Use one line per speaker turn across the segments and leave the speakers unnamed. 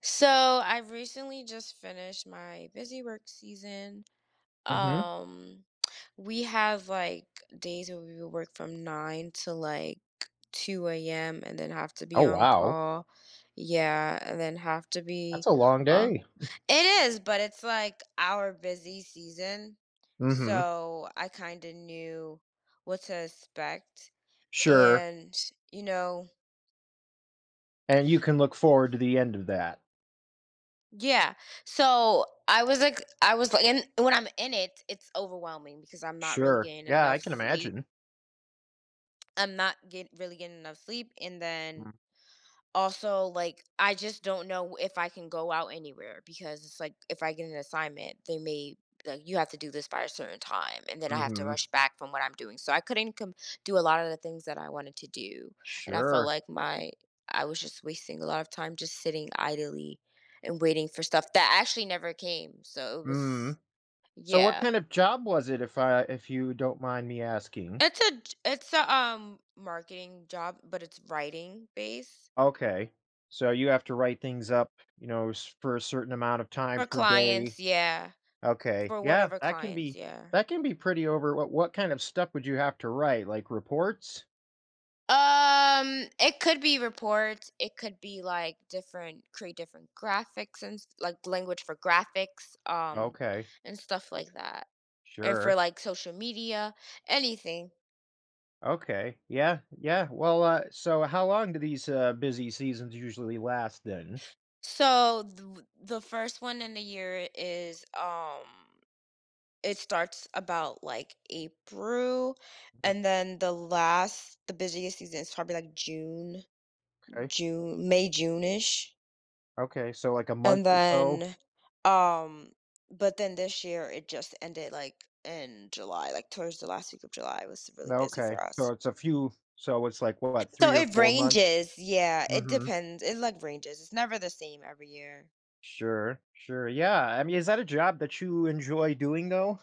So I recently just finished my busy work season.
Mhm.
Um, we have like days where we would work from nine to like 2 a.m. and then have to be
Oh,
on
wow.
call. Yeah, and then have to
That's
be
a long
uh
day.
it is, but it's like our busy season.
Mhm.
So I kind of knew what to expect.
Sure.
And you know,
And you can look forward to the end of that.
yeah. So and when I'm in it, it's overwhelming because I'm not really
Sure.
getting
Yeah, I
enough
can
sleep.
imagine.
I'm not get, really getting enough sleep. And then
Mm,
also like I just don't know if I can go out anywhere because it's like if I get an assignment, they may like you have to do this by a certain time and then I have to
mhm.
rush back from what I'm doing. So I couldn't com- do a lot of the things that I wanted to do. And I felt
Sure.
like my I was just wasting a lot of time just sitting idly and waiting for stuff that actually never came. So it was
Mm. So what
yeah.
kind of job was it if you don't mind me asking?
It's a marketing job, but it's writing based
Okay. So you have to write things up, for a certain amount of time
for
per day.
clients, yeah.
Okay.
For
Yeah,
whatever
that can
clients,
be
yeah.
that can be pretty over what kind of stuff would you have to write? Like reports?
It could be reports. It could be like create different graphics and like language for graphics,
Okay.
and stuff like that. And
Sure.
for like social media, anything.
Okay. Yeah. Yeah. Well, so how long do these busy seasons usually last then?
So the first one in the year is it starts about like April and then the busiest season is probably like June,
Okay.
May, June-ish.
Okay. So like a month
And
or so?
then, um, but then this year it just ended like in July, like towards the last week of July. It was really
No.
busy
Okay.
for
So
us.
it's a few. So it's like what,
So
three or
it
four months?
ranges. Yeah, it
Mm-hmm.
depends. It like ranges. It's never the same every year.
Sure. Sure. Yeah. I mean, is that a job that you enjoy doing though?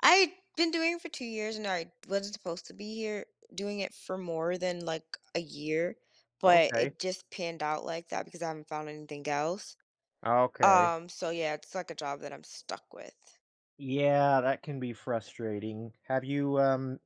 I've been doing it for 2 years and I wasn't supposed to be here doing it for more than like a year, but
Okay.
it just panned out like that because I haven't found anything else.
Okay.
So yeah, it's like a job that I'm stuck with.
Yeah, that can be frustrating. Have you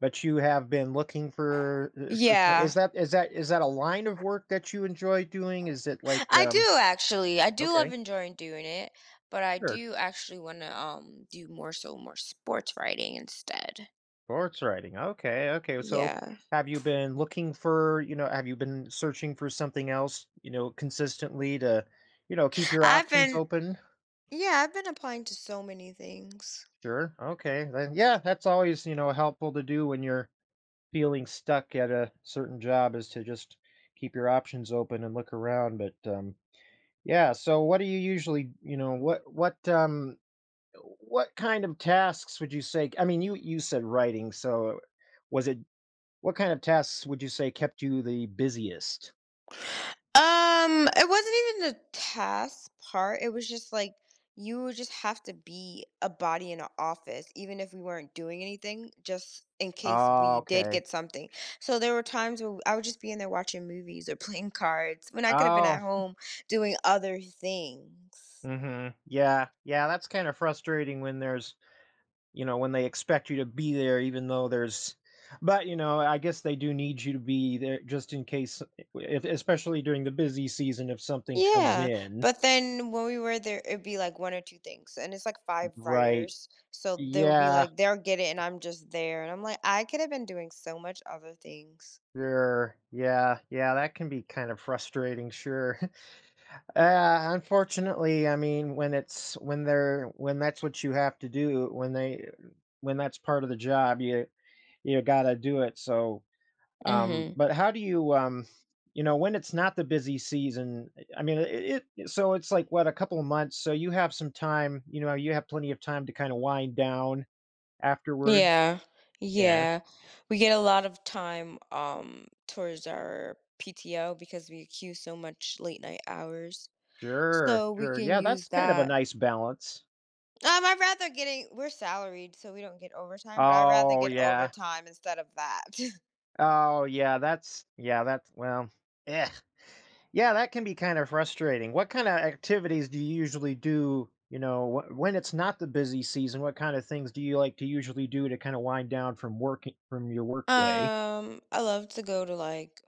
but you have been looking for
Yeah.
is that a line of work that you enjoy doing? Is it like,
I do actually. I do love
okay,
enjoying doing it, but I
sure.
do actually want to do more so more sports writing instead.
Sports writing. Okay, okay. So
Yeah.
have you been searching for something else, consistently to, keep your
I've
options
been
open?
yeah, I've been applying to so many things.
Sure. Okay. Then yeah, that's always, helpful to do when you're feeling stuck at a certain job is to just keep your options open and look around. But yeah, so what do you usually, what kind of tasks would you say? I mean, you said writing, so was it what kind of tasks would you say kept you the busiest?
It wasn't even the task part. It was just like you would just have to be a body in an office, even if we weren't doing anything, just in case
Oh,
we did
okay.
get something. So there were times where I would just be in there watching movies or playing cards when I could have been
Oh,
at home doing other things.
mhm. Yeah. Yeah, that's kind of frustrating when there's, when they expect you to be there even though there's, but, I guess they do need you to be there just in case, if, especially during the busy season, if something comes
Yeah,
in,
but then when we were there, it'd be like one or two things, and it's like five
right?
writers, so they would be
Yeah.
like, they'll get it, and I'm just there, and I'm like, I could have been doing so much other things.
Sure. Yeah. Yeah, that can be kind of frustrating, sure. Unfortunately, I mean, when it's when they're when that's what you have to do, when that's part of the job, you gotta do it. So,
Mm-hmm.
but how do you, when it's not the busy season? I mean, it so it's like what, a couple of months, so you have some time. You know, you have plenty of time to kind of wind down afterwards.
Yeah.
Yeah,
Yeah. We get a lot of time towards our PTO because we accuse so much late night hours.
sure,
So we
sure.
can
Yeah, that's
use
kind of a
that.
nice balance.
I'd rather getting we're salaried, so we don't get overtime, but I'd rather
Oh
get
yeah,
overtime instead of that.
oh yeah. That's, yeah. That's, well, yeah. Yeah, that can be kind of frustrating. What kind of activities do you usually do? You know, when it's not the busy season, what kind of things do you like to usually do to kind of wind down from working, from your work day?
I love to go to like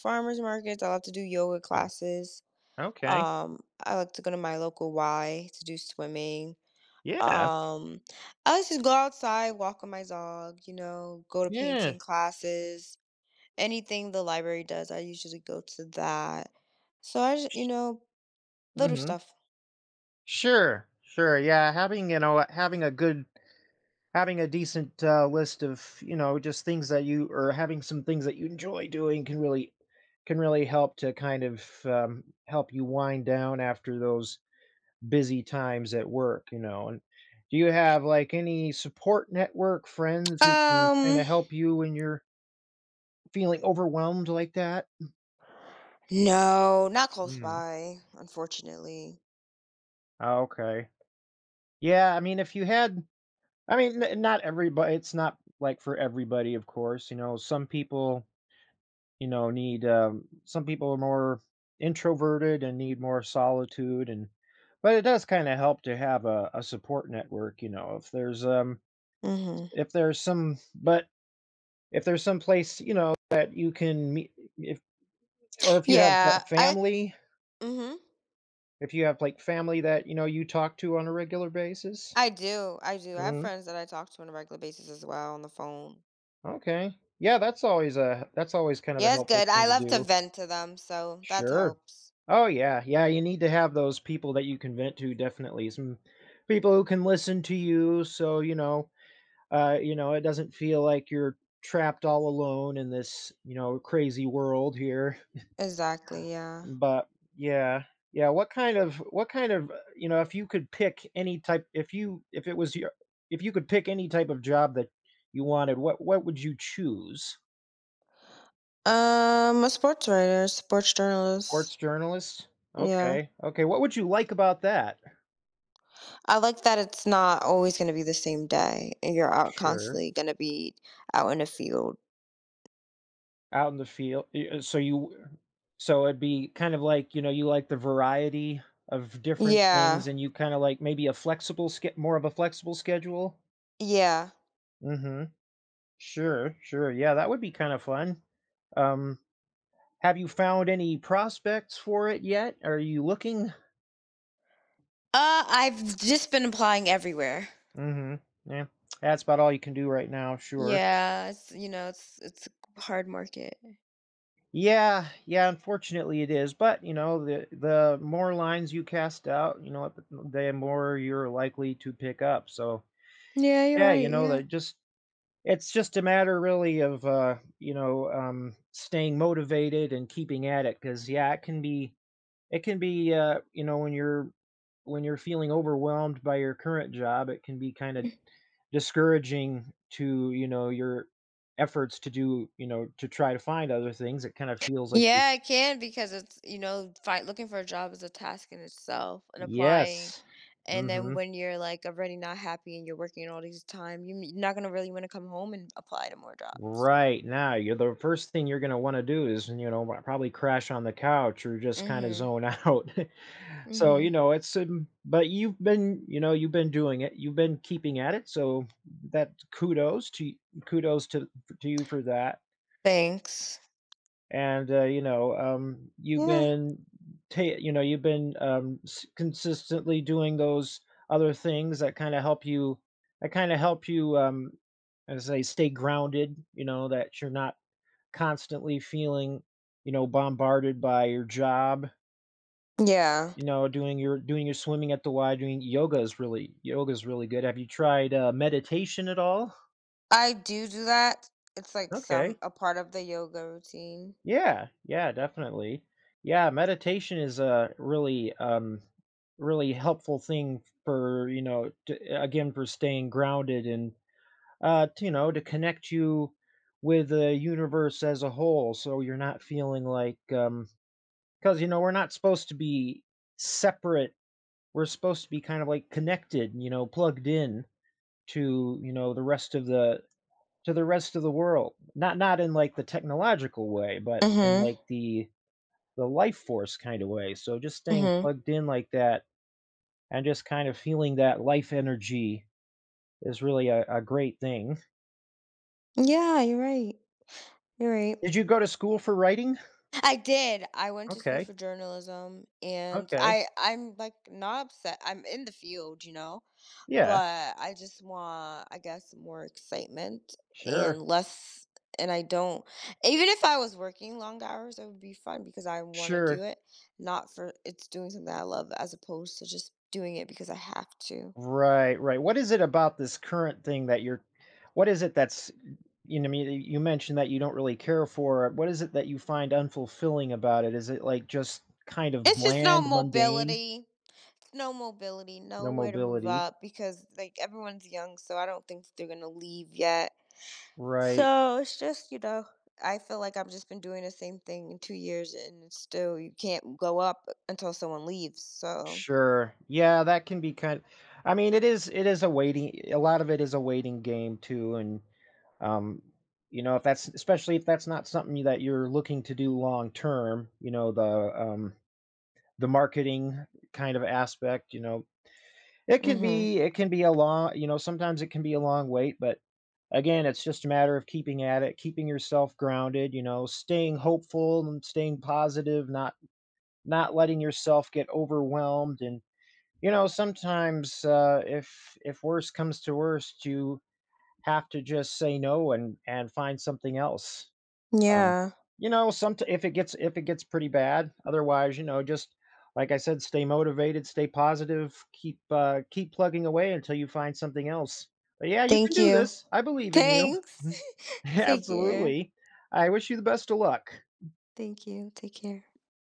farmers markets. I love to do yoga
Oh,
classes.
okay.
Um, I like to go to my local Y to do swimming.
Yeah.
Um, I would just go outside, walk on my dog, you know, go to
Yeah.
painting classes, anything the library does, I usually go to that. So I just, you know, little
Hmm.
stuff.
Sure. Sure. Yeah. Having a decent, list of, just things that you, or having some things that you enjoy doing can really, help to kind of, help you wind down after those busy times at work, and do you have, like, any support network, friends who can kinda
Um,
help you when you're feeling overwhelmed like that?
no, not close
Mm.
by, unfortunately.
Oh, okay. Yeah, I mean, if you had I mean, n not everybody. It's not, like, for everybody, of course. You know, some people, need, some people are more introverted and need more solitude, and but it does kinda help to have a support network, you know,
Mm-hmm.
if there's some but if there's some place, that you can meet, if or if you have a
Yeah, I,
family,
mm-hmm.
if you have, like, family that, you talk to on a regular basis?
I do. I do. I have
Mhm,
friends that I talk to on a regular basis as well on the phone.
okay. Yeah, that's always a, that's always kind of a
Yeah, it's
helpful
good. I
thing to
love to
do.
vent to them, so that
Sure.
helps.
Oh, yeah, yeah, you need to have those people that you can vent to, definitely, some people who can listen to you, so, you know, it doesn't feel like you're trapped all alone in this, you know, crazy world here.
Exactly, yeah.
But yeah, yeah, what kind of, you know, if you could pick any type if it was your, if you could pick any type of job that you wanted, what would you choose?
A sports writer, sports journalist.
Sports journalist?
Yeah.
Okay. Okay, what would you like about that?
I like that it's not always gonna be the same day and you're out
Sure.
constantly gonna be out in the field.
Out in the field. So you, so it'd be kind of like, you know, you like the variety of different
Yeah.
things and you kind of like maybe more of a flexible schedule?
Yeah.
Mhm. Sure, sure. Yeah, that would be kind of fun. Um, have you found any prospects for it yet? Are you looking?
I've just been applying everywhere.
Mhm. Yeah. That's about all you can do right now, sure.
Yeah, it's you know, it's a hard market.
Yeah, yeah, unfortunately it is, but you know, the more lines you cast out, you know, the more you're likely to pick up. So,
Yeah, you're
yeah, you
right,
know,
yeah.
that just, it's just a matter really of, staying motivated and keeping at it, because yeah, it can be, you know, when you're, when you're feeling overwhelmed by your current job, it can be kind of discouraging to, you know, your efforts to do, you know, to try to find other things. It kind of feels like you're—
Yeah, it can because it's you know, fight looking for a job is a task in itself and applying.
Yes.
And then
Mhm.
when you're like already not happy and you're working all these time, you're not gonna really want to come home and apply to more jobs.
Right now, you're, the first thing you're gonna wanna do is, you know, probably crash on the couch or just kinda
Mhm.
zone out. So, you
Mhm.
know, it's, but you've been, you know, you've been doing it, you've been keeping at it, so, that, kudos to kudos to you for that,
Thanks.
and, you know, you've
Yeah.
been, ta you know, you've been, s consistently doing those other things that kinda help you, that kinda help you, um, as I say, stay grounded, you know, that you're not constantly feeling, you know, bombarded by your job,
Yeah.
you know, doing your, swimming at the Y, doing yoga is really, good. Have you tried, meditation at all?
I do do that. It's like some
Okay.
a part of the yoga routine.
Yeah, yeah, definitely. Yeah, meditation is a really, really helpful thing for, you know, to, again, for staying grounded and, to, you know, to connect you with the universe as a whole, so you're not feeling like, because, you know, we're not supposed to be separate. We're supposed to be kind of like connected, you know, plugged in to, you know, the rest of the to the rest of the world. Not, not in like the technological way, but in
Mhm.
like the life force kind of way. So just staying
Mhm.
plugged in like that and just kind of feeling that life energy is really a great thing.
Yeah, you're right. You're right.
Did you go to school for writing?
I did. I went to school
Okay.
for journalism and
Okay.
I'm like not upset. I'm in the field, you know.
Yeah.
But I just want, I guess, more excitement
Sure.
and less. And I don't, even if I was working long hours, it would be fun because I want to do
Sure.
it, not for it's doing something I love as opposed to just doing it because I have to.
Right, right. What is it about this current thing that you're, what is it that's you know, I mean, you mentioned that you don't really care for it. What is it that you find unfulfilling about it? Is it like just kind of
It's just no
bland, mundane,
mobility, no mobility,
no
nowhere to move
mobility?
up because like everyone's young, so I don't think they're going to leave yet.
Right.
So it's just, you know, I feel like I've just been doing the same thing in 2 years and it's still you can't go up until someone leaves. So,
Sure. Yeah, that can be kind— I mean, it is a waiting, a lot of it is a waiting game too, and um you know, if that's, especially if that's not something that you're looking to do long term, you know, the, the marketing kind of aspect, you know,
hmm,
it can be a long, you know, sometimes it can be a long wait, but again, it's just a matter of keeping at it, keeping yourself grounded, you know, staying hopeful and staying positive, not, not letting yourself get overwhelmed, and you know, sometimes, if worse comes to worst, you have to just say no and, and find something else. Um,
yeah.
you know, somet if it gets pretty bad, otherwise, you know, just like I said, stay motivated, stay positive, keep, keep plugging away until you find something else. But yeah, you can
Thank
do
you.
this. I believe in you.
Thanks. Take care.
Absolutely. I wish you the best of luck.
Thank you. Take care.